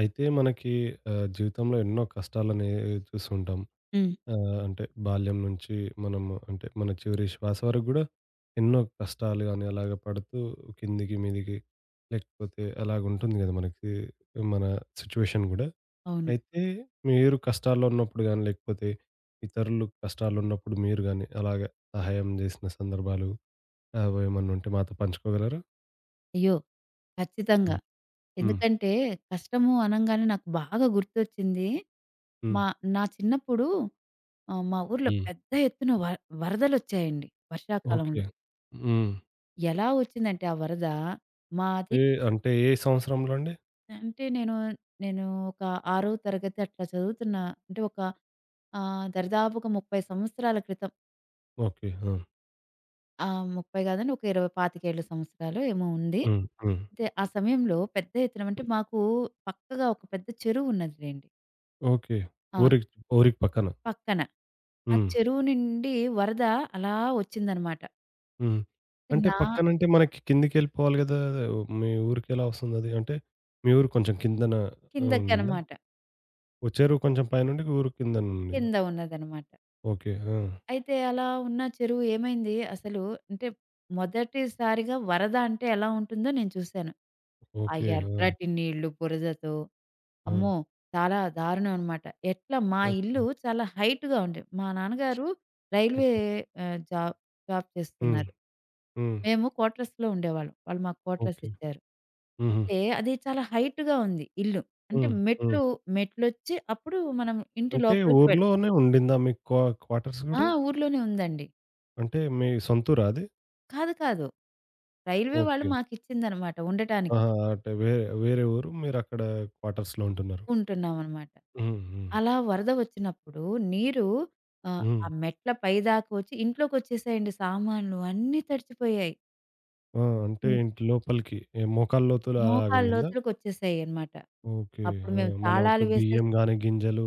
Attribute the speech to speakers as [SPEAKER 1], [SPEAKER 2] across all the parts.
[SPEAKER 1] అయితే మనకి జీవితంలో ఎన్నో కష్టాలనేవి చూస్తుంటాం.
[SPEAKER 2] హ్మ్.
[SPEAKER 1] అంటే బాల్యం నుంచి మనము అంటే మన చివరి శ్వాస వరకు గూడా ఎన్నో కష్టాలు గాని అలాగ పడుతూ కిందికి, మీదికి లేకపోతే అలాగుంటుంది గదా! మనకి మన సిట్యుయేషన్ గూడా.
[SPEAKER 2] అవును.
[SPEAKER 1] అయితే మీరు కష్టాల్లో ఉన్నప్పుడు గాని, లేకపోతే ఇతరులు కష్టాల్లో ఉన్నప్పుడు మీరు గాని అలాగ సహాయం జేసిన సందర్భాలు అవేమన్నుంటే మాతో పంచుకోగలరా?
[SPEAKER 2] అయ్యో! ఖచ్చితంగా.
[SPEAKER 1] హ్మ్. హ్మ్.
[SPEAKER 2] ఎందుకంటే, కష్టము అనంగానే నాకు బాగా గుర్తొచ్చింది.
[SPEAKER 1] హ్మ్.
[SPEAKER 2] మా నా చిన్నప్పుడు మా ఊర్లో
[SPEAKER 1] హ్మ్.
[SPEAKER 2] పెద్ద ఎత్తున వరదలొచ్చాయండి
[SPEAKER 1] ఓకే.
[SPEAKER 2] వర్షాకాలంలో.
[SPEAKER 1] హ్మ్.
[SPEAKER 2] ఎలా వచ్చిందంటే ఆ వరద, మాది
[SPEAKER 1] ఏ అంటే ఏ సంవత్సరంలో అండి?
[SPEAKER 2] అంటే నేను ఒక 6వ తరగతి అట్లా చదువుతున్న అంటే ఒక దరిదాపుగా 30 సంవత్సరాల క్రితం.
[SPEAKER 1] ఓకే. ఆ!
[SPEAKER 2] ఆ! 30 కాదండి. ఒక 20, 25 సంవత్సరాలో ఏమో ఉంది.
[SPEAKER 1] హ్మ్. హ్మ్.
[SPEAKER 2] అయితే ఆ సమయంలో పెద్ద ఎత్తున అంటే మాకు పక్కగా ఒక పెద్ద చెరువు ఉన్నదిలెండి.
[SPEAKER 1] ఓకే.
[SPEAKER 2] ఆ!
[SPEAKER 1] ఊరికి ఊరికి పక్కన.
[SPEAKER 2] పక్కన. ఆ
[SPEAKER 1] హ్మ్.
[SPEAKER 2] చెరువు నుండి వరద అలా వచ్చిందనమాట.
[SPEAKER 1] హ్మ్. అంటే
[SPEAKER 2] నా
[SPEAKER 1] పక్కనంటే మనకి కిందికెళ్ళిపోవాలి గదా! మీ ఊరికెలా వస్తుందది? అంటే మీ ఊరు కొంచెం కిందన
[SPEAKER 2] కిందకి
[SPEAKER 1] ఉండిందా?
[SPEAKER 2] అనమాట.
[SPEAKER 1] ఓ చెరువు కొంచెం పైనుండి ఊరు కిందన ఉండింది.
[SPEAKER 2] కింద ఉన్నదనమాట.
[SPEAKER 1] ఓకే. ఆ!
[SPEAKER 2] అయితే అలా ఉన్న చెరువు ఏమైంది అసలు అంటే మొదటిసారిగా వరద అంటే ఎలా ఉంటుందో నేను చూసాను. ఆ
[SPEAKER 1] ఓకే. ఆ!
[SPEAKER 2] ఎర్రటి నీళ్లు బురదతో.
[SPEAKER 1] ఆ!
[SPEAKER 2] అమ్మో! చాలా దారుణం అనమాట. ఎట్లా మా
[SPEAKER 1] ఓకే.
[SPEAKER 2] ఇల్లు చాలా హైట్‌గా ఉండేది. మా నాన్నగారు రైల్వే
[SPEAKER 1] ఓకే.
[SPEAKER 2] జాబ్ జాబ్
[SPEAKER 1] హ్మ్.
[SPEAKER 2] చేస్తున్నారు.
[SPEAKER 1] హ్మ్.
[SPEAKER 2] మేము క్వార్టర్స్‌లో ఉండేవాళ్ళం. వాళ్ళు మాకు క్వార్టర్స్
[SPEAKER 1] ఓకే.
[SPEAKER 2] ఇచ్చారు.
[SPEAKER 1] హుహు.
[SPEAKER 2] అయితే అది చాలా హైట్‌గా ఉంది ఇల్లు. అంటే
[SPEAKER 1] హ్మ్. హ్మ్.
[SPEAKER 2] మెట్లొచ్చి అప్పుడు మనం ఇంటి
[SPEAKER 1] అంటే
[SPEAKER 2] లోపలికి
[SPEAKER 1] ఊర్లోనే ఉండిందా మీ క్వార్టర్స్
[SPEAKER 2] ఆ!
[SPEAKER 1] గూడా?
[SPEAKER 2] ఊర్లోనే ఉందండి.
[SPEAKER 1] అంటే మీ సొంతూరా అది?
[SPEAKER 2] కాదు కాదు. రైల్వే వాళ్ళు
[SPEAKER 1] ఓకే.
[SPEAKER 2] మాకిచ్చిందనమాట ఉండటానికి.
[SPEAKER 1] ఆహా! అంటే వేరే, వేరే ఊరు మీరక్కడ క్వార్టర్స్‌లో ఉంటున్నారు.
[SPEAKER 2] ఉంటున్నామనమాట.
[SPEAKER 1] హ్మ్. హ్మ్.
[SPEAKER 2] అలా వరద వచ్చినప్పుడు నీరు
[SPEAKER 1] హ్మ్.
[SPEAKER 2] ఆ మెట్ల పైదాకా వచ్చి ఇంట్లోకొచ్చేసాయండి సామాన్లు అన్నీ తడిచిపోయాయి.
[SPEAKER 1] ఆ! అంటే
[SPEAKER 2] హ్మ్.
[SPEAKER 1] ఏంటి లోపలికి ఏ మోకాళ్ళ లోతులు
[SPEAKER 2] మోకాళ్ళ
[SPEAKER 1] అలాగుండిందా?
[SPEAKER 2] లోతులకొచ్చేసాయన్నమాట.
[SPEAKER 1] ఓకే.
[SPEAKER 2] అప్పుడు
[SPEAKER 1] ఆ!
[SPEAKER 2] మేము
[SPEAKER 1] మనకు
[SPEAKER 2] తాళాలు వేసేసి.
[SPEAKER 1] బియ్యం గాని, గింజలు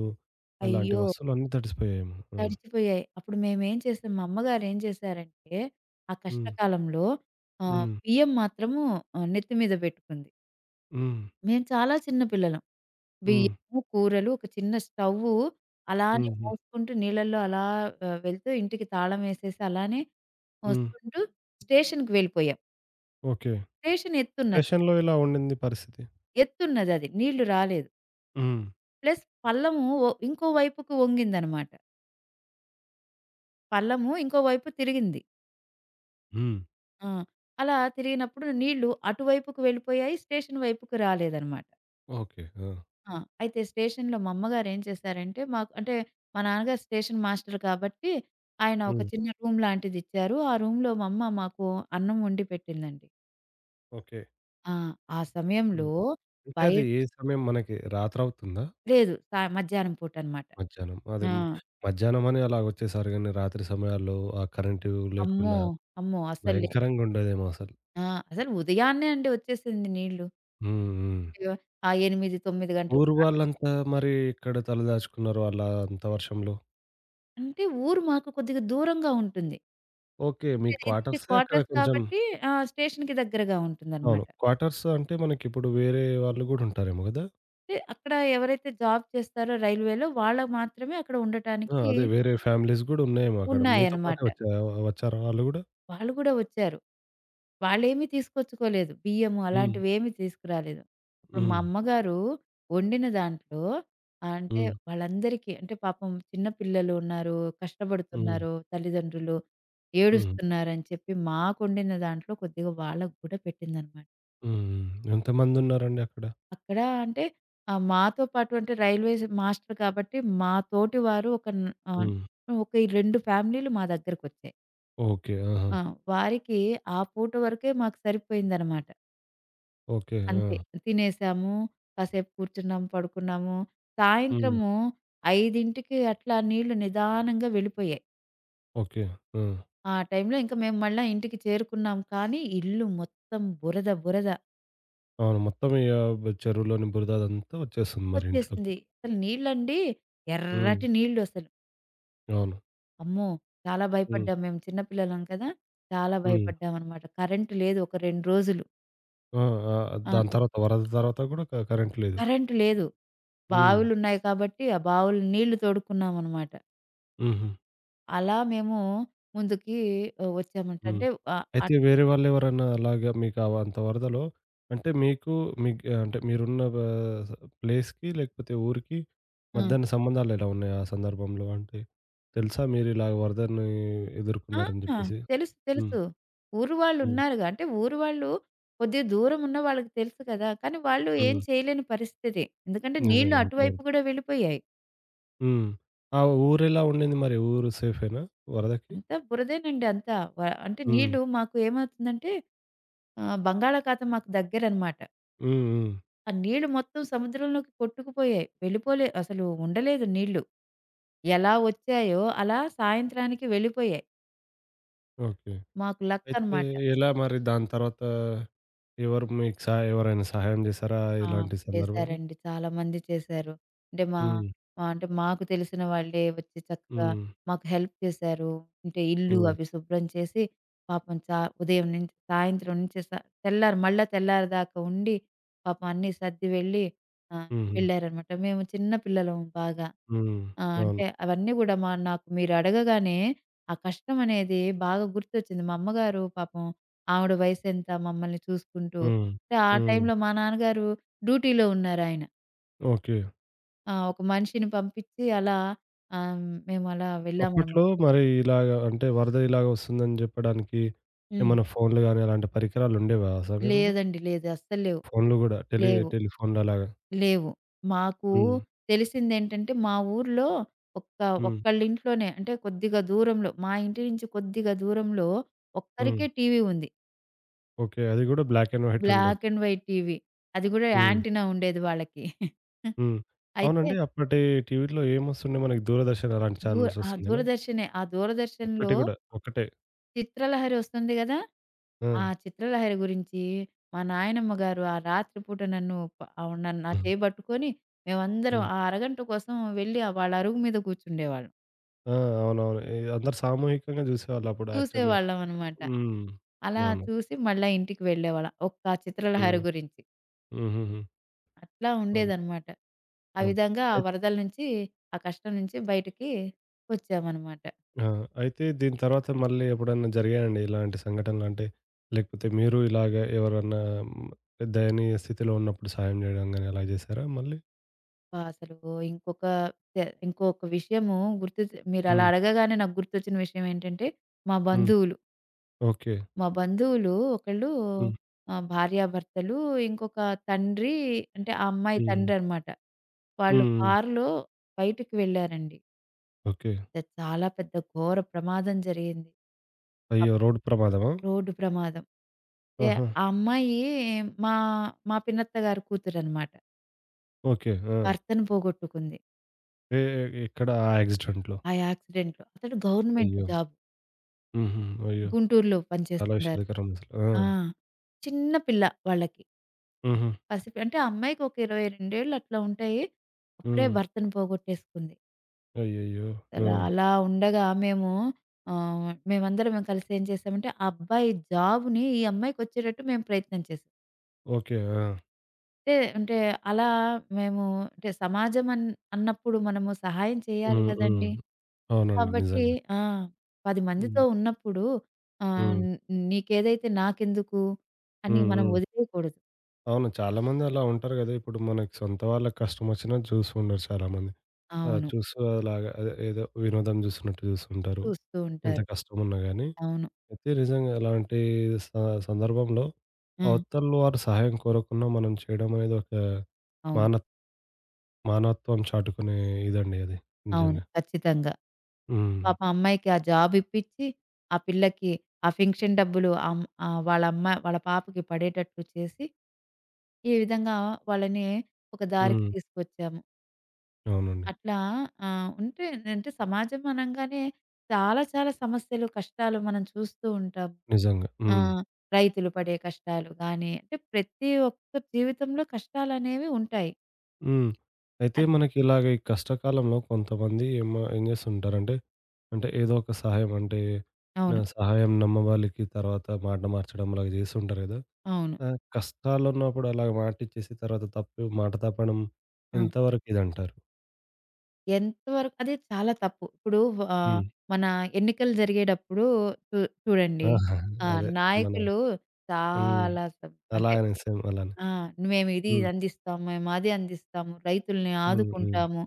[SPEAKER 1] అలాంటి
[SPEAKER 2] అయ్యో!
[SPEAKER 1] వస్తువులన్నీ తడిసిపోయాయేమో. ఆ!
[SPEAKER 2] తడిచిపోయాయి. అప్పుడు మేమేం చేసాం మా అమ్మగారు ఏం చేశారంటే, ఆ
[SPEAKER 1] హ్మ్.
[SPEAKER 2] కష్టకాలంలో
[SPEAKER 1] హ్మ్.
[SPEAKER 2] బియ్యం మాత్రము నెత్తి మీద పెట్టుకుంది.
[SPEAKER 1] హ్మ్.
[SPEAKER 2] మేము చాలా చిన్న పిల్లలం.
[SPEAKER 1] హ్మ్.
[SPEAKER 2] బియ్యము, కూరలు, ఒక చిన్న స్టవ్వు అలానే
[SPEAKER 1] హుహు.
[SPEAKER 2] మోసుకుంటూ నీళ్ళల్లో అలా వెళ్తూ ఇంటికి తాళం వేసేసి అలానే
[SPEAKER 1] హ్మ్.
[SPEAKER 2] వస్తుంటూ స్టేషన్‌కి వెళ్ళిపోయాం.
[SPEAKER 1] ఓకే.
[SPEAKER 2] స్టేషన్ ఎత్తున్నది.
[SPEAKER 1] స్టేషన్‌లో ఇలా ఉండింది పరిస్థితి.
[SPEAKER 2] ఎత్తున్నదది. నీళ్లు రాలేదు.
[SPEAKER 1] హ్మ్.
[SPEAKER 2] ప్లస్ పల్లము ఇంకో వైపుకు వంగిందనమాట. పల్లము ఇంకో వైపు తిరిగింది.
[SPEAKER 1] హ్మ్.
[SPEAKER 2] ఆ! అలా తిరిగినప్పుడు నీళ్లు అటువైపుకు వెళ్ళిపోయాయి. స్టేషన్ వైపుకు రాలేదనమాట.
[SPEAKER 1] ఓకే. ఆ!
[SPEAKER 2] ఆ! అయితే స్టేషన్‌లో మా అమ్మగారు ఏం చేశారంటే మాకు అంటే మా నాన్నగారు స్టేషన్ మాస్టర్ కాబట్టి ఆయన ఒక
[SPEAKER 1] హ్మ్.
[SPEAKER 2] చిన్న రూమ్ లాంటిది ఇచ్చారు. ఆ రూమ్‌లో మా అమ్మ మాకు అన్నం వండి పెట్టిందండి.
[SPEAKER 1] ఓకే.
[SPEAKER 2] ఆ! ఆ
[SPEAKER 1] హ్మ్.
[SPEAKER 2] సమయంలో
[SPEAKER 1] అంటే
[SPEAKER 2] బయ
[SPEAKER 1] అది ఏ సమయం మనకి రాత్రవుతుందా?
[SPEAKER 2] లేదు. మధ్యాహ్నం పూట అనమాట.
[SPEAKER 1] మధ్యాహ్నం. అదే
[SPEAKER 2] ఆ!
[SPEAKER 1] హ్మ్. మధ్యాహ్నమని అలాగొచ్చేసారు గానీ, రాత్రి సమయాల్లో ఆ కరెంటు
[SPEAKER 2] అమ్మో!
[SPEAKER 1] లేకుండా
[SPEAKER 2] అమ్మో! అసలు
[SPEAKER 1] భయంకరంగుండేదేమో అసలు.
[SPEAKER 2] ఆ! అసలు ఉదయాన్నే అండి వచ్చేసింది నీళ్ళు.
[SPEAKER 1] హ్మ్. హ్మ్.
[SPEAKER 2] అయ్యో! ఆ 8, 9 గంటలకు.
[SPEAKER 1] ఊరు వాళ్ళంతా మరి ఎక్కడ తలదాచుకున్నారు అలా అంత వర్షంలో?
[SPEAKER 2] అంటే ఊరు మాకు కొద్దిగా దూరంగా ఉంటుంది.
[SPEAKER 1] ఓకే. మీ
[SPEAKER 2] ఇది
[SPEAKER 1] క్వార్టర్సే అక్కడ
[SPEAKER 2] క్వార్టర్స్
[SPEAKER 1] కొంచెం
[SPEAKER 2] కాబట్టి స్టేషన్‌కి దగ్గరగా
[SPEAKER 1] అవును.
[SPEAKER 2] ఉంటుందనమాట.
[SPEAKER 1] క్వార్టర్స్ అంటే మనకిప్పుడు వేరే వాళ్ళు గూడా ఉంటారేమో గదా!
[SPEAKER 2] అంటే అక్కడ ఎవరైతే జాబ్ చేస్తారో రైల్వేలో వాళ్ళకి మాత్రమే అక్కడ
[SPEAKER 1] ఆ!
[SPEAKER 2] ఉండటానికి
[SPEAKER 1] అదే వేరే ఫ్యామిలీస్ గూడా ఉన్నాయేమో అక్కడ. మీతో పాటే
[SPEAKER 2] ఉన్నాయనమాట.
[SPEAKER 1] వచ్చారా వాళ్ళు గూడా?
[SPEAKER 2] వాళ్ళు కూడా వచ్చారు. వాళ్ళేమి తీసుకొచ్చుకోలేదు. బియ్యము
[SPEAKER 1] హ్మ్.
[SPEAKER 2] అలాంటివేమి తీసుకురాలేదు. ఇప్పుడు మా
[SPEAKER 1] హ్మ్.
[SPEAKER 2] అమ్మగారు వండిన దాంట్లో అంటే
[SPEAKER 1] హ్మ్.
[SPEAKER 2] వాళ్ళందరికీ అంటే పాపం చిన్న పిల్లలు ఉన్నారు,
[SPEAKER 1] హ్మ్. హ్మ్.
[SPEAKER 2] కష్టపడుతున్నారు తల్లిదండ్రులు,
[SPEAKER 1] హ్మ్.
[SPEAKER 2] ఏడుస్తున్నారని చెప్పి మాకొండిన దాంట్లో కొద్దిగా వాళ్ళకి కూడా పెట్టిందనమాట.
[SPEAKER 1] హ్మ్. ఎంతమందున్నారండి అక్కడ?
[SPEAKER 2] అక్కడ అంటే మాతో పాటు అంటే రైల్వేస్ మాస్టర్ కాబట్టి మా తోటి వారు ఒక ఆహ్,
[SPEAKER 1] హ్మ్.
[SPEAKER 2] ఒక 2 ఫ్యామిలీలు మా దగ్గరకొచ్చాయి.
[SPEAKER 1] ఓకే. ఆహా!
[SPEAKER 2] ఆ! వారికి ఆ పూట వరకే మాకు సరిపోయిందనమాట.
[SPEAKER 1] ఓకే. ఆ!
[SPEAKER 2] అంతే. తినేసాము, కాసేపు కూర్చున్నాము, పడుకున్నాము.
[SPEAKER 1] హ్మ్.
[SPEAKER 2] సాయంత్రము 5కి అట్లా నీళ్ళు నిదానంగా వెళ్ళిపోయాయి.
[SPEAKER 1] ఓకే. హ్మ్.
[SPEAKER 2] ఆ టైంలో ఇంక మేము మళ్ళా ఇంటికి చేరుకున్నాం కానీ, ఇల్లు మొత్తం బురద, బురద
[SPEAKER 1] అవును. మొత్తం ఇగ చెరువులోని బురద అదంతా వచ్చేస్తుంది మరి ఇంట్లోకి.
[SPEAKER 2] వచ్చేసింది. అసలు నీళ్ళండి
[SPEAKER 1] హ్మ్.
[SPEAKER 2] ఎర్రటి నీళ్ళు అసలు.
[SPEAKER 1] అవును.
[SPEAKER 2] అమ్మో! చాలా
[SPEAKER 1] హ్మ్.
[SPEAKER 2] భయపడ్డాం మేము చిన్న పిల్లలం కదా! చాలా
[SPEAKER 1] హ్మ్.
[SPEAKER 2] భయపడ్డామనమాట. కరెంట్ లేదు ఒక 2 రోజులు.
[SPEAKER 1] ఆ! ఆ!
[SPEAKER 2] ఆ!
[SPEAKER 1] దాని తర్వాత వరద తర్వాత గూడా కరెంట్ లేదు.
[SPEAKER 2] కరెంట్ లేదు.
[SPEAKER 1] హ్మ్.
[SPEAKER 2] బావులున్నాయి కాబట్టి, ఆ బావులు నీళ్లు తోడుకున్నామనమాట.
[SPEAKER 1] హుహు.
[SPEAKER 2] అలా మేము ముందుకి వచ్చామంట.
[SPEAKER 1] హ్మ్.
[SPEAKER 2] అంటే ఆహ్,
[SPEAKER 1] అయితే
[SPEAKER 2] అట్
[SPEAKER 1] వేరే వాళ్ళెవరన్నా అలాగా మీకు అవ అంత వరదలో అంటే మీకు అంటే మీరున్న బ స ప్లేస్‌కి లేకపోతే ఊరికి
[SPEAKER 2] హ్మ్.
[SPEAKER 1] మధ్యన సంబంధాలెలా ఉన్నాయి ఆ సందర్భంలో? అంటే తెలుసా మీరిలాగ వరదని
[SPEAKER 2] ఆ!
[SPEAKER 1] ఎదుర్కొన్నారని
[SPEAKER 2] ఆ,
[SPEAKER 1] జెప్పేసి?
[SPEAKER 2] తెలుసు.
[SPEAKER 1] హ్మ్.
[SPEAKER 2] తెలుసు. ఊరు
[SPEAKER 1] హ్మ్.
[SPEAKER 2] వాళ్ళున్నారుగా. అంటే ఊరు వాళ్ళు కొద్దిగా దూరం ఉన్న వాళ్ళకి తెలుసు కదా! కానీ వాళ్ళు ఏం
[SPEAKER 1] హ్మ్.
[SPEAKER 2] చేయలేని పరిస్థితి. ఎందుకంటే నీళ్ళు
[SPEAKER 1] నిజంగా. అంతే.
[SPEAKER 2] అటువైపు కూడా వెళ్ళిపోయాయి.
[SPEAKER 1] హ్మ్. ఆ ఊరెలా ఉండింది మరి? ఊరు సేఫేనా వరదకి?
[SPEAKER 2] అంతా బురదేనండి అంతా. అంటే
[SPEAKER 1] హ్మ్.
[SPEAKER 2] నీళ్ళు మాకు ఏమవుతుందంటే బంగాళాఖాతం మాకు దగ్గరనమాట.
[SPEAKER 1] హ్మ్. హ్మ్.
[SPEAKER 2] ఆ నీళ్ళు మొత్తం సముద్రంలోకి కొట్టుకుపోయాయి. వెళ్ళిపోలే అసలు ఉండలేదు నీళ్ళు. ఎలా వచ్చాయో అలా సాయంత్రానికి వెళ్ళిపోయాయి.
[SPEAKER 1] ఓకే.
[SPEAKER 2] మాకు లక్
[SPEAKER 1] అయితే
[SPEAKER 2] అనమాట.
[SPEAKER 1] ఎలా మరి దాని తర్వాత ఎవరు మీకు సహా ఎవరైనా సహాయం చేశారా
[SPEAKER 2] ఆ!
[SPEAKER 1] ఇలాంటి సందర్భంలో?
[SPEAKER 2] చేశారండి. చాలా మంది చేశారు. అంటే మా
[SPEAKER 1] హ్మ్.
[SPEAKER 2] మా అంటే మాకు తెలిసిన వాళ్ళే వచ్చి చక్కగా
[SPEAKER 1] హ్మ్.
[SPEAKER 2] మాకు హెల్ప్ చేశారు. అంటే ఇల్లు
[SPEAKER 1] హ్మ్.
[SPEAKER 2] అవి శుభ్రం చేసి పాపం ఉదయం నుంచి సాయంత్రం నుంచి తెల్లారి మళ్ళా తెల్లారి దాకా ఉండి పాపం అన్నీ సర్ది వెళ్ళి ఆహ్,
[SPEAKER 1] హుహు.
[SPEAKER 2] వెళ్ళారనమాట. మేము చిన్న పిల్లలం బాగా.
[SPEAKER 1] హ్మ్.
[SPEAKER 2] ఆ! అంటే
[SPEAKER 1] అవును.
[SPEAKER 2] అవన్నీ గూడా నాకు మీరడగగానే ఆ కష్టమనేది బాగా గుర్తొచ్చింది. మా అమ్మగారు పాపం ఆవిడ వయసెంత మమ్మల్ని చూసుకుంటూ.
[SPEAKER 1] హ్మ్.
[SPEAKER 2] అంటే ఆ
[SPEAKER 1] హ్మ్.
[SPEAKER 2] టైంలో మా నాన్నగారు డ్యూటీలో ఉన్నారాయన.
[SPEAKER 1] ఓకే.
[SPEAKER 2] ఆ! ఒక మనిషిని పంపిచ్చి అలా ఆహ్, మేమలా వెళ్ళామనమాట.
[SPEAKER 1] అప్పట్లో మరి ఇలాగ అంటే వరద ఇలాగ వస్తుందని చెప్పడానికి
[SPEAKER 2] హ్మ్.
[SPEAKER 1] ఏమన్నా ఫోన్లు గాని అలాంటి పరికరాలుండేవా ఆ సమయంలో?
[SPEAKER 2] లేదండి. లేదు. అస్సలు లేవు.
[SPEAKER 1] ఫోన్లు గూడా
[SPEAKER 2] లేవు.
[SPEAKER 1] టెలిఫోన్‌లు అలాగా.
[SPEAKER 2] లేవు. మాకు
[SPEAKER 1] హ్మ్.
[SPEAKER 2] తెలిసిందేంటంటే మా ఊర్లో ఒక్క
[SPEAKER 1] హ్మ్.
[SPEAKER 2] ఒక్కళ్ళింట్లోనే అంటే కొద్దిగా దూరంలో మా ఇంటి నుంచి కొద్దిగా దూరంలో
[SPEAKER 1] హ్మ్.
[SPEAKER 2] ఒక్కరికే టీవీ ఉంది.
[SPEAKER 1] ఓకే. అది గూడా బ్లాక్ అండ్ వైట్
[SPEAKER 2] బ్లాక్
[SPEAKER 1] ఉండొచ్చు.
[SPEAKER 2] And white TV. అది గూడా
[SPEAKER 1] హ్మ్.
[SPEAKER 2] యాంటినా ఉండేది వాళ్ళకి.
[SPEAKER 1] హ్మ్.
[SPEAKER 2] అయితే
[SPEAKER 1] అవునండి. అప్పటి టీవీలో ఏమొస్తుండే మనకి 'దూరదర్శన్' అలాంటి
[SPEAKER 2] దూ
[SPEAKER 1] ఛానెల్స్
[SPEAKER 2] ఆ!
[SPEAKER 1] వస్తుండేనా?
[SPEAKER 2] దూరదర్శనే. ఆ దూరదర్శన్‌లో
[SPEAKER 1] ఒక్కటి గూడా ఒక్కటే.
[SPEAKER 2] 'చిత్రలహరి' వస్తుంది గదా!
[SPEAKER 1] ఆ!
[SPEAKER 2] ఆ 'చిత్రలహరి' గురించి మా నాయనమ్మ గారు ఆ రాత్రి పూట నన్ను నన్ను నా
[SPEAKER 1] హ్మ్.
[SPEAKER 2] చేయి బట్టుకొని మేమందరం
[SPEAKER 1] హ్మ్.
[SPEAKER 2] ఆ అరగంట కోసం వెళ్లి ఆ వాళ్ళ అరుగు మీద కూర్చుండేవాళ్ళం.
[SPEAKER 1] ఆ! అవునవును. అందరూ సామూహికంగా జూసేవాళ్ళప్పుడు యాక్చువల్‌గా.
[SPEAKER 2] చూసేవాళ్ళం అనమాట.
[SPEAKER 1] హ్మ్.
[SPEAKER 2] అలా
[SPEAKER 1] అవును.
[SPEAKER 2] చూసి మళ్ళా ఇంటికి వెళ్ళేవాళ్ళం. ఒక్క 'చిత్రలహరి'
[SPEAKER 1] హ్మ్.
[SPEAKER 2] గురించి.
[SPEAKER 1] హుహుహు.
[SPEAKER 2] అట్లా
[SPEAKER 1] అవును.
[SPEAKER 2] ఉండేదనమాట. ఆ
[SPEAKER 1] అవును.
[SPEAKER 2] విధంగా ఆ
[SPEAKER 1] అయిత్
[SPEAKER 2] వరదల నుంచి, ఆ కష్టం నుంచి బయటికి వచ్చామనమాట.
[SPEAKER 1] ఆ! అయితే దీని తర్వాత మళ్ళీ ఎప్పుడన్నా జరిగాయండి ఇలాంటి సంఘటనలంటే? లేకపోతే మీరు ఇలాగ ఎవరన్నా హ్మ్, దయనీయ స్థితిలో ఉన్నప్పుడు సాయం జేయడం గాని అలా జేశారా మళ్ళీ?
[SPEAKER 2] అబ్బా! అసలు ఇంకొక ఇంకొక విషయము గుర్తు మీరలా
[SPEAKER 1] హ్మ్.
[SPEAKER 2] అడగగానే నాకు గుర్తొచ్చిన విషయం ఏంటంటే, మా
[SPEAKER 1] హ్మ్.
[SPEAKER 2] బంధువులు.
[SPEAKER 1] ఓకే.
[SPEAKER 2] మా బంధువులు ఒకళ్ళు
[SPEAKER 1] హ్మ్.
[SPEAKER 2] భార్యాభర్తలు, ఇంకొక తండ్రి అంటే ఆ అమ్మాయి
[SPEAKER 1] హ్మ్.
[SPEAKER 2] తండ్రనమాట. వాళ్ళు
[SPEAKER 1] హ్మ్. హ్మ్.
[SPEAKER 2] కారులో బయటికి వెళ్లారండి.
[SPEAKER 1] ఓకే.
[SPEAKER 2] అది చాలా పెద్ద ఘోర ప్రమాదం జరిగింది.
[SPEAKER 1] అయ్యో! రోడ్డు ప్రమాదమా?
[SPEAKER 2] రోడ్డు ప్రమాదం. అయితే
[SPEAKER 1] ఆహా!
[SPEAKER 2] ఆ అమ్మాయి మా మా పిన్నత్త గారి కూతురనమాట.
[SPEAKER 1] ఓకే. ఆ!
[SPEAKER 2] భర్తను పోగొట్టుకుంది
[SPEAKER 1] ఎ ఎ ఎక్కడ ఆ యాక్సిడెంట్‌లో?
[SPEAKER 2] ఆ యాక్సిడెంట్‌లో. అతడు గవర్నమెంట్
[SPEAKER 1] అయ్యో!
[SPEAKER 2] జాబ్.
[SPEAKER 1] హుహు. అయ్యో!
[SPEAKER 2] గుంటూరులో
[SPEAKER 1] చాలా
[SPEAKER 2] పనిచేస్తున్నారు.
[SPEAKER 1] విషాదకరం అసలు. ఆ!
[SPEAKER 2] ఆ! చిన్న పిల్ల వాళ్ళకి.
[SPEAKER 1] హుహు.
[SPEAKER 2] అంటే ఆ అమ్మాయికి ఒక 22 అట్లా ఉంటాయి. అప్పుడే
[SPEAKER 1] హ్మ్.
[SPEAKER 2] భర్తను పోగొట్టేసుకుంది.
[SPEAKER 1] అయ్యయ్యో! ఆ!
[SPEAKER 2] అలా అలా ఉండగా మేము మేమందరం మేము కలిసి ఏం చేశామంటే ఆ అబ్బాయి జాబ్‌ని ఈ అమ్మాయికొచ్చేటట్టు మేము ప్రయత్నం చేశాం.
[SPEAKER 1] ఓకే. ఆ!
[SPEAKER 2] అంటే అంటే అలా మేము అంటే సమాజం అన్ అన్నప్పుడు మనము సహాయం చేయాలి
[SPEAKER 1] హ్మ్. హ్మ్.
[SPEAKER 2] గదండీ!
[SPEAKER 1] అవునండి.
[SPEAKER 2] కాబట్టి
[SPEAKER 1] నిజంగా.
[SPEAKER 2] ఆ! 10 మందితో
[SPEAKER 1] హ్మ్.
[SPEAKER 2] ఉన్నప్పుడు ఆహ్,
[SPEAKER 1] హ్మ్.
[SPEAKER 2] నీకేదైతే నాకెందుకు అని
[SPEAKER 1] హ్మ్.
[SPEAKER 2] మనం
[SPEAKER 1] హ్మ్.
[SPEAKER 2] వదిలేయకూడదు.
[SPEAKER 1] అవును. చాలామంది అలా ఉంటారు గదా! ఇప్పుడు మనకి సొంత వాళ్ళకి కష్టమొచ్చినా చూస్తుండరు చాలామంది. ఆ!
[SPEAKER 2] అవును.
[SPEAKER 1] చూస్తూ అలాగా అదే ఏదో వినోదం జూస్తున్నట్టు జూస్తుంటారు.
[SPEAKER 2] చూస్తూ
[SPEAKER 1] ఎంత
[SPEAKER 2] ఉంటారు.
[SPEAKER 1] కష్టమున్నా గాని.
[SPEAKER 2] అవును.
[SPEAKER 1] అయితే నిజంగా అలాంటి స సందర్భంలో
[SPEAKER 2] ఆ!
[SPEAKER 1] అవతల వారు సహాయం కోరకున్నా మనం చేయడం అనేది ఒక
[SPEAKER 2] అవును.
[SPEAKER 1] మాన మానవత్వం చాటుకునే ఇదండి అది
[SPEAKER 2] అవును.
[SPEAKER 1] నిజంగా.
[SPEAKER 2] ఖచ్చితంగా.
[SPEAKER 1] హ్మ్.
[SPEAKER 2] పాపం అమ్మాయికి ఆ జాబ్ ఇప్పిచ్చి, ఆ పిల్లకి ఆ ఫింక్షన్ డబ్బులు ఆ అమ్ వాళ్ళ అమ్మ వాళ్ళ పాపకి పడేటట్లు చేసి, ఈ విధంగా వాళ్ళని ఒక దారికి
[SPEAKER 1] హ్మ్.
[SPEAKER 2] తీసుకొచ్చాము.
[SPEAKER 1] అవునండి.
[SPEAKER 2] అట్లా ఉంటే అంటే సమాజం అనంగానే చాలా చాలా సమస్యలు, కష్టాలు మనం చూస్తూ ఉంటాం.
[SPEAKER 1] నిజంగా.
[SPEAKER 2] ఆ!
[SPEAKER 1] హ్మ్.
[SPEAKER 2] రైతులు పడే కష్టాలు గానీ, అంటే ప్రతి ఒక్క జీవితంలో కష్టాలనేవి ఉంటాయి.
[SPEAKER 1] హ్మ్. అయితే
[SPEAKER 2] అది.
[SPEAKER 1] మనకి ఇలాగ ఈ కష్టకాలంలో కొంతమంది ఏమో ఏం చేస్తుంటారంటే, అంటే ఏదో ఒక సహాయం అంటే నా
[SPEAKER 2] అవును.
[SPEAKER 1] సహాయం నమ్మవాలికి తర్వాత మాట మార్చడం అలాగ చేస్తుంటారు కదా!
[SPEAKER 2] అవును.
[SPEAKER 1] ఆ! కష్టాలున్నప్పుడు అలాగ మాటిచ్చేసి తర్వాత తప్పు మాట తప్పడం
[SPEAKER 2] ఆ!
[SPEAKER 1] ఎంతవరకు ఇదంటారు?
[SPEAKER 2] ఎంతవరకు అది చాలా తప్పు. ఇప్పుడు ఆహ్,
[SPEAKER 1] హ్మ్.
[SPEAKER 2] మన ఎన్నికలు జరిగేటప్పుడు చూ చూడండి.
[SPEAKER 1] ఆహా!
[SPEAKER 2] ఆ!
[SPEAKER 1] అదే మన
[SPEAKER 2] నాయకులు
[SPEAKER 1] హ్మ్.
[SPEAKER 2] చాలా సం అంటే
[SPEAKER 1] అలాగనే సేమ్ అలానే.
[SPEAKER 2] ఆ! మేము ఇది
[SPEAKER 1] హ్మ్.
[SPEAKER 2] అందిస్తాం, మేము అది అందిస్తాము, రైతుల్ని
[SPEAKER 1] హ్మ్. హ్మ్.
[SPEAKER 2] ఆదుకుంటాము,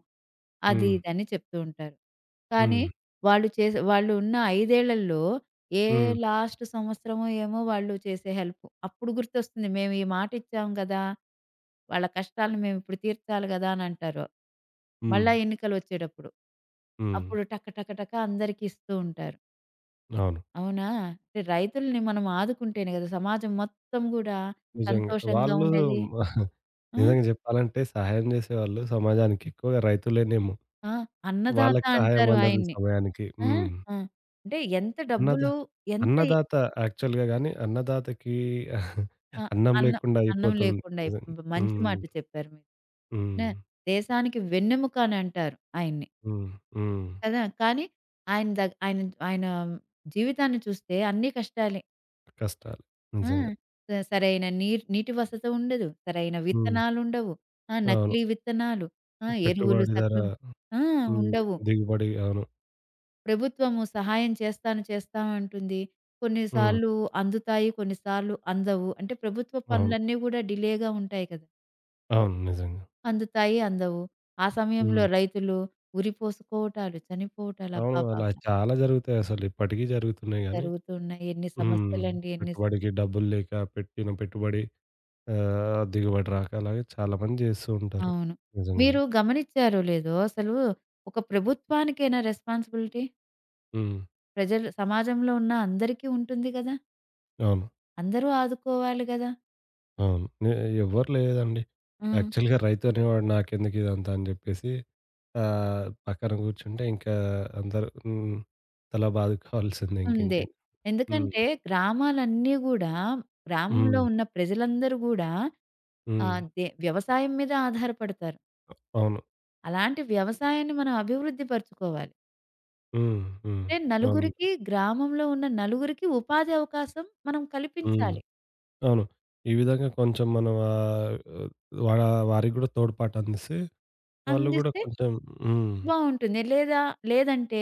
[SPEAKER 2] అది
[SPEAKER 1] హ్మ్.
[SPEAKER 2] ఇదని చెప్తూ ఉంటారు. కానీ
[SPEAKER 1] హ్మ్.
[SPEAKER 2] వాళ్ళు ఉన్న 5 ఏళ్లలో ఏ
[SPEAKER 1] హ్మ్.
[SPEAKER 2] లాస్ట్ సంవత్సరమో ఏమో వాళ్ళు చేసే హెల్ప్. అప్పుడు గుర్తొస్తుంది మేము ఈ మాట ఇచ్చాం గదా! వాళ్ళ కష్టాలను మేము ఇప్పుడు తీర్చాలి గదా! అని అంటారు.
[SPEAKER 1] హ్మ్.
[SPEAKER 2] మళ్ళా ఎన్నికలొచ్చేటప్పుడు.
[SPEAKER 1] హ్మ్.
[SPEAKER 2] అప్పుడు టక టక టక అందరికి ఇస్తూ ఉంటారు.
[SPEAKER 1] అవును.
[SPEAKER 2] అవునా? అంటే రైతుల్ని మనం ఆదుకుంటేనే గదా! సమాజం మొత్తం గూడా
[SPEAKER 1] నిజంగా.
[SPEAKER 2] సంతోషంగా
[SPEAKER 1] వాళ్ళు
[SPEAKER 2] ఉండేది. ఆ!
[SPEAKER 1] నిజంగా జెప్పాలంటే సహాయం జేసేవాళ్ళు సమాజానికి ఎక్కువగా రైతులేనేమో!
[SPEAKER 2] ఆ! అన్నదాత
[SPEAKER 1] వాళ్ళకి సహాయం
[SPEAKER 2] అంటారు
[SPEAKER 1] అందదు
[SPEAKER 2] ఆయన్ని.
[SPEAKER 1] సమయానికి.
[SPEAKER 2] ఆ!
[SPEAKER 1] హ్మ్.
[SPEAKER 2] ఆ! అంటే ఎంత
[SPEAKER 1] అన్నదా
[SPEAKER 2] డబ్బులు ఎంత ఇ
[SPEAKER 1] అన్నదాత యాక్చువల్‌గా గాని అన్నదాతకి
[SPEAKER 2] ఆ!
[SPEAKER 1] అన్నం
[SPEAKER 2] అన్నం
[SPEAKER 1] లేకుండా
[SPEAKER 2] అన్నం
[SPEAKER 1] అయిపోతుంది.
[SPEAKER 2] లేకుండా
[SPEAKER 1] నిజంగా.
[SPEAKER 2] మంచి
[SPEAKER 1] హ్మ్.
[SPEAKER 2] మాట చెప్పారు మీరు. నే
[SPEAKER 1] హ్మ్.
[SPEAKER 2] దేశానికి వెన్నెముక అని అంటారు ఆయన్ని.
[SPEAKER 1] హ్మ్. హ్మ్.
[SPEAKER 2] కదా! కానీ ఆయన ఆయన జీవితాన్ని చూస్తే అన్నీ కష్టాలే.
[SPEAKER 1] కష్టాలు
[SPEAKER 2] ఆ!
[SPEAKER 1] నిజంగా.
[SPEAKER 2] సరైన నీటి వసతి ఉండదు. సరైన
[SPEAKER 1] హ్మ్.
[SPEAKER 2] విత్తనాలుండవు. ఆ!
[SPEAKER 1] అవును.
[SPEAKER 2] నకిలీ విత్తనాలు. ఆ! ఎరువులు
[SPEAKER 1] పెట్టుబడి ధర
[SPEAKER 2] ఆ!
[SPEAKER 1] హ్మ్.
[SPEAKER 2] ఉండవు.
[SPEAKER 1] దిగుబడి. అవును.
[SPEAKER 2] ప్రభుత్వము సహాయం చేస్తాను, చేస్తాను అంటుంది.
[SPEAKER 1] హ్మ్.
[SPEAKER 2] కొన్నిసార్లు అందుతాయి, కొన్నిసార్లు అందవు. అంటే ప్రభుత్వ
[SPEAKER 1] అవును.
[SPEAKER 2] పనులన్నీ గూడా డిలేగా ఉంటాయి కదా!
[SPEAKER 1] అవును. నిజంగా.
[SPEAKER 2] అందుతాయి, అందవు. ఆ సమయంలో
[SPEAKER 1] హ్మ్.
[SPEAKER 2] రైతులు ఉరిపోసుకోవటాలు, చనిపోవటాలు
[SPEAKER 1] అవును. అలా
[SPEAKER 2] అబ్బబ్బబ్బా!
[SPEAKER 1] చాలా జరుగుతాయసలు. ఇప్పటికీ జరుగుతున్నాయి గానీ
[SPEAKER 2] జరుగుతూ ఉన్నాయి. ఎన్ని
[SPEAKER 1] హ్మ్.
[SPEAKER 2] సమస్యలండి! ఎన్ని స
[SPEAKER 1] పెట్టుబడికి డబ్బులు లేక పెట్టిన పెట్టుబడి దిగుబడి రాక అలాగే చాలా మంది జేస్తూ ఉంటారు.
[SPEAKER 2] అవును.
[SPEAKER 1] నిజంగానే.
[SPEAKER 2] మీరు గమనించారో లేదో అసలు ఒక ప్రభుత్వానికేనా రెస్పాన్సిబిలిటీ?
[SPEAKER 1] హ్మ్.
[SPEAKER 2] ప్రజలు సమాజంలో ఉన్న అందరికీ ఉంటుంది గదా!
[SPEAKER 1] అవును.
[SPEAKER 2] అందరూ ఆదుకోవాలి గదా!
[SPEAKER 1] అవును. ఎ ఎవ్వరు లేదండి.
[SPEAKER 2] ఆ!
[SPEAKER 1] యాక్చువల్‌గా రైతు అనేవాడు నాకెందుకు ఇదంతా అని జెప్పేసి పక్కన గూర్చుంటే ఇంకా అందరూ హ్మ్. తల బాదుకోవాల్సిందే
[SPEAKER 2] ఉందే.
[SPEAKER 1] ఇంకింకేం. హ్మ్.
[SPEAKER 2] ఎందుకంటే గ్రామాలన్నీ గూడా గ్రామంలో
[SPEAKER 1] హ్మ్.
[SPEAKER 2] ఉన్న ప్రజలందరూ గూడా
[SPEAKER 1] హ్మ్.
[SPEAKER 2] వ్యవసాయం మీద ఆధారపడతారు.
[SPEAKER 1] అవును.
[SPEAKER 2] అలాంటి వ్యవసాయాన్ని మనం అభివృద్ధి పరుచుకోవాలి.
[SPEAKER 1] హ్మ్. హ్మ్.
[SPEAKER 2] అంటే
[SPEAKER 1] అవునండి.
[SPEAKER 2] గ్రామంలో ఉన్న నలుగురికి ఉపాధి అవకాశం మనం
[SPEAKER 1] హ్మ్.
[SPEAKER 2] కల్పించాలి.
[SPEAKER 1] అవును. ఈ విధంగా కొంచెం మనం వా వారికి గూడా తోడ్పాటందిస్తే వాళ్ళు గూడా
[SPEAKER 2] అందిస్తే
[SPEAKER 1] కొంచెం హ్మ్.
[SPEAKER 2] బావుంటుంది. లేదా లేదంటే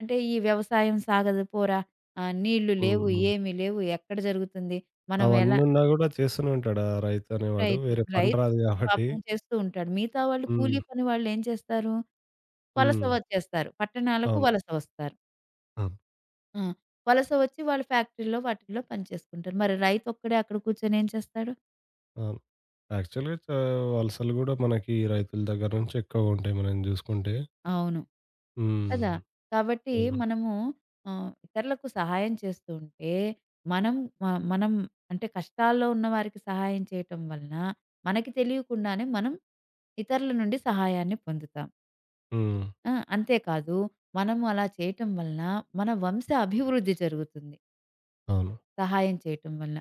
[SPEAKER 2] అంటే ఈ వ్యవసాయం సాగదు పోరా! నీళ్లు
[SPEAKER 1] హ్మ్.
[SPEAKER 2] లేవు,
[SPEAKER 1] హ్మ్.
[SPEAKER 2] ఏమి లేవు, ఎక్కడ జరుగుతుంది? మనం ఎలా
[SPEAKER 1] అవన్నున్నా గూడా చేస్తూనే ఉంటాడు ఆ రైతనేవాడు.
[SPEAKER 2] రైతు
[SPEAKER 1] వేరే పని
[SPEAKER 2] రైతు
[SPEAKER 1] రాదు గాబట్టి.
[SPEAKER 2] పాపం చేస్తూ ఉంటాడు. మిగతా వాళ్ళు
[SPEAKER 1] హ్మ్.
[SPEAKER 2] కూలీ పని వాళ్ళేం చేస్తారు? వలస
[SPEAKER 1] హ్మ్.
[SPEAKER 2] వచ్చేస్తారు. పట్టణాలకు
[SPEAKER 1] అవును.
[SPEAKER 2] వలస వస్తారు.
[SPEAKER 1] అవును.
[SPEAKER 2] ఆ! వలస వచ్చి వాళ్ళు ఫ్యాక్టరీలో వాటిల్లో పని చేసుకుంటారు. మరి రైతొక్కడే అక్కడ కూర్చొని ఏం చేస్తాడు?
[SPEAKER 1] అవును. యాక్చువల్‌గా వలసలు గూడా మనకి రైతుల దగ్గర నుంచి ఎక్కువగుంటాయి మనం జూసుకుంటే.
[SPEAKER 2] అవును.
[SPEAKER 1] హ్మ్.
[SPEAKER 2] కదా! కాబట్టి
[SPEAKER 1] అవును.
[SPEAKER 2] మనము ఇతరులకు సహాయం చేస్తూ ఉంటే మనం మ మనం అంటే కష్టాల్లో ఉన్నవారికి సహాయం చేయటం వలన మనకి తెలియకుండానే మనం ఇతరుల నుండి సహాయాన్ని పొందుతాం.
[SPEAKER 1] హ్మ్.
[SPEAKER 2] ఆ! అంతేకాదు మనము అలా చేయటం వలన మన వంశ అభివృద్ధి జరుగుతుంది.
[SPEAKER 1] అవును.
[SPEAKER 2] సహాయం చేయటం వల్ల.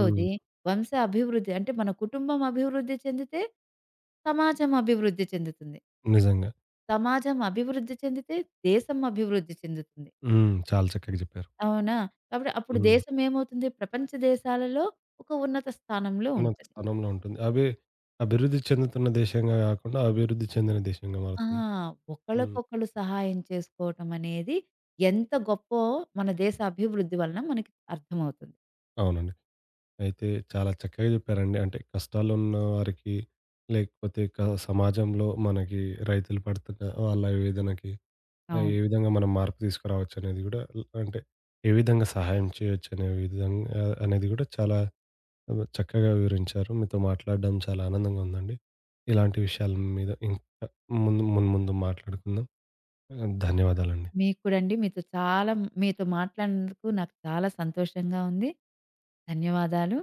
[SPEAKER 1] హ్మ్.
[SPEAKER 2] వంశ అభివృద్ధి. అంటే మన కుటుంబం అభివృద్ధి చెందితే సమాజం అభివృద్ధి చెందుతుంది.
[SPEAKER 1] నిజంగా.
[SPEAKER 2] సమాజం అభివృద్ధి చెందితే దేశం అభివృద్ధి చెందుతుంది.
[SPEAKER 1] హ్మ్. చాలా చక్కగా జెప్పారు.
[SPEAKER 2] అవునా? కాబట్టి అప్పుడు
[SPEAKER 1] హ్మ్.
[SPEAKER 2] దేశం ఏమవుతుంది ప్రపంచ దేశాలలో ఒక ఉన్నత స్థానంలో
[SPEAKER 1] ఉన్నత
[SPEAKER 2] ఉంటది.
[SPEAKER 1] స్థానంలో ఉంటుంది. అవి అభివృద్ధి చెందుతున్న దేశంగా గాకుండా, అభివృద్ధి చెందిన దేశంగా
[SPEAKER 2] ఆ!
[SPEAKER 1] మారుతుంది. హ్మ్.
[SPEAKER 2] ఒకళ్ళకొకళ్ళు సహాయం చేసుకోవటం అనేది ఎంత గొప్పో మన దేశ అభివృద్ధి వలన మనకి అర్థమవుతుంది.
[SPEAKER 1] అవునండి. అయితే చాలా చక్కగా చెప్పారండి. అంటే కష్టాలున్న వారికి, లేకపోతే సమాజంలో మనకి రైతులు పడుతున్న వాళ్ళ వేదనకి
[SPEAKER 2] అవును.
[SPEAKER 1] ఏ విధంగా మనం మార్పు తీసుకురావచ్చనేది గూడా అంటే ఏ విధంగా సహాయం చేయొచ్చనే విధంగా అనేది గూడా చాలా చక్కగా వివరించారు. మీతో మాట్లాడడం చాలా ఆనందంగా ఉందండి. ఇలాంటి విషయాల మీద ఇంకా మున్ముందు మాట్లాడుకుందాం. ధన్యవాదాలండి.
[SPEAKER 2] మీకు కూడా అండి. మీతో మాట్లాడినందుకు నాకు చాలా సంతోషంగా ఉంది. ధన్యవాదాలు.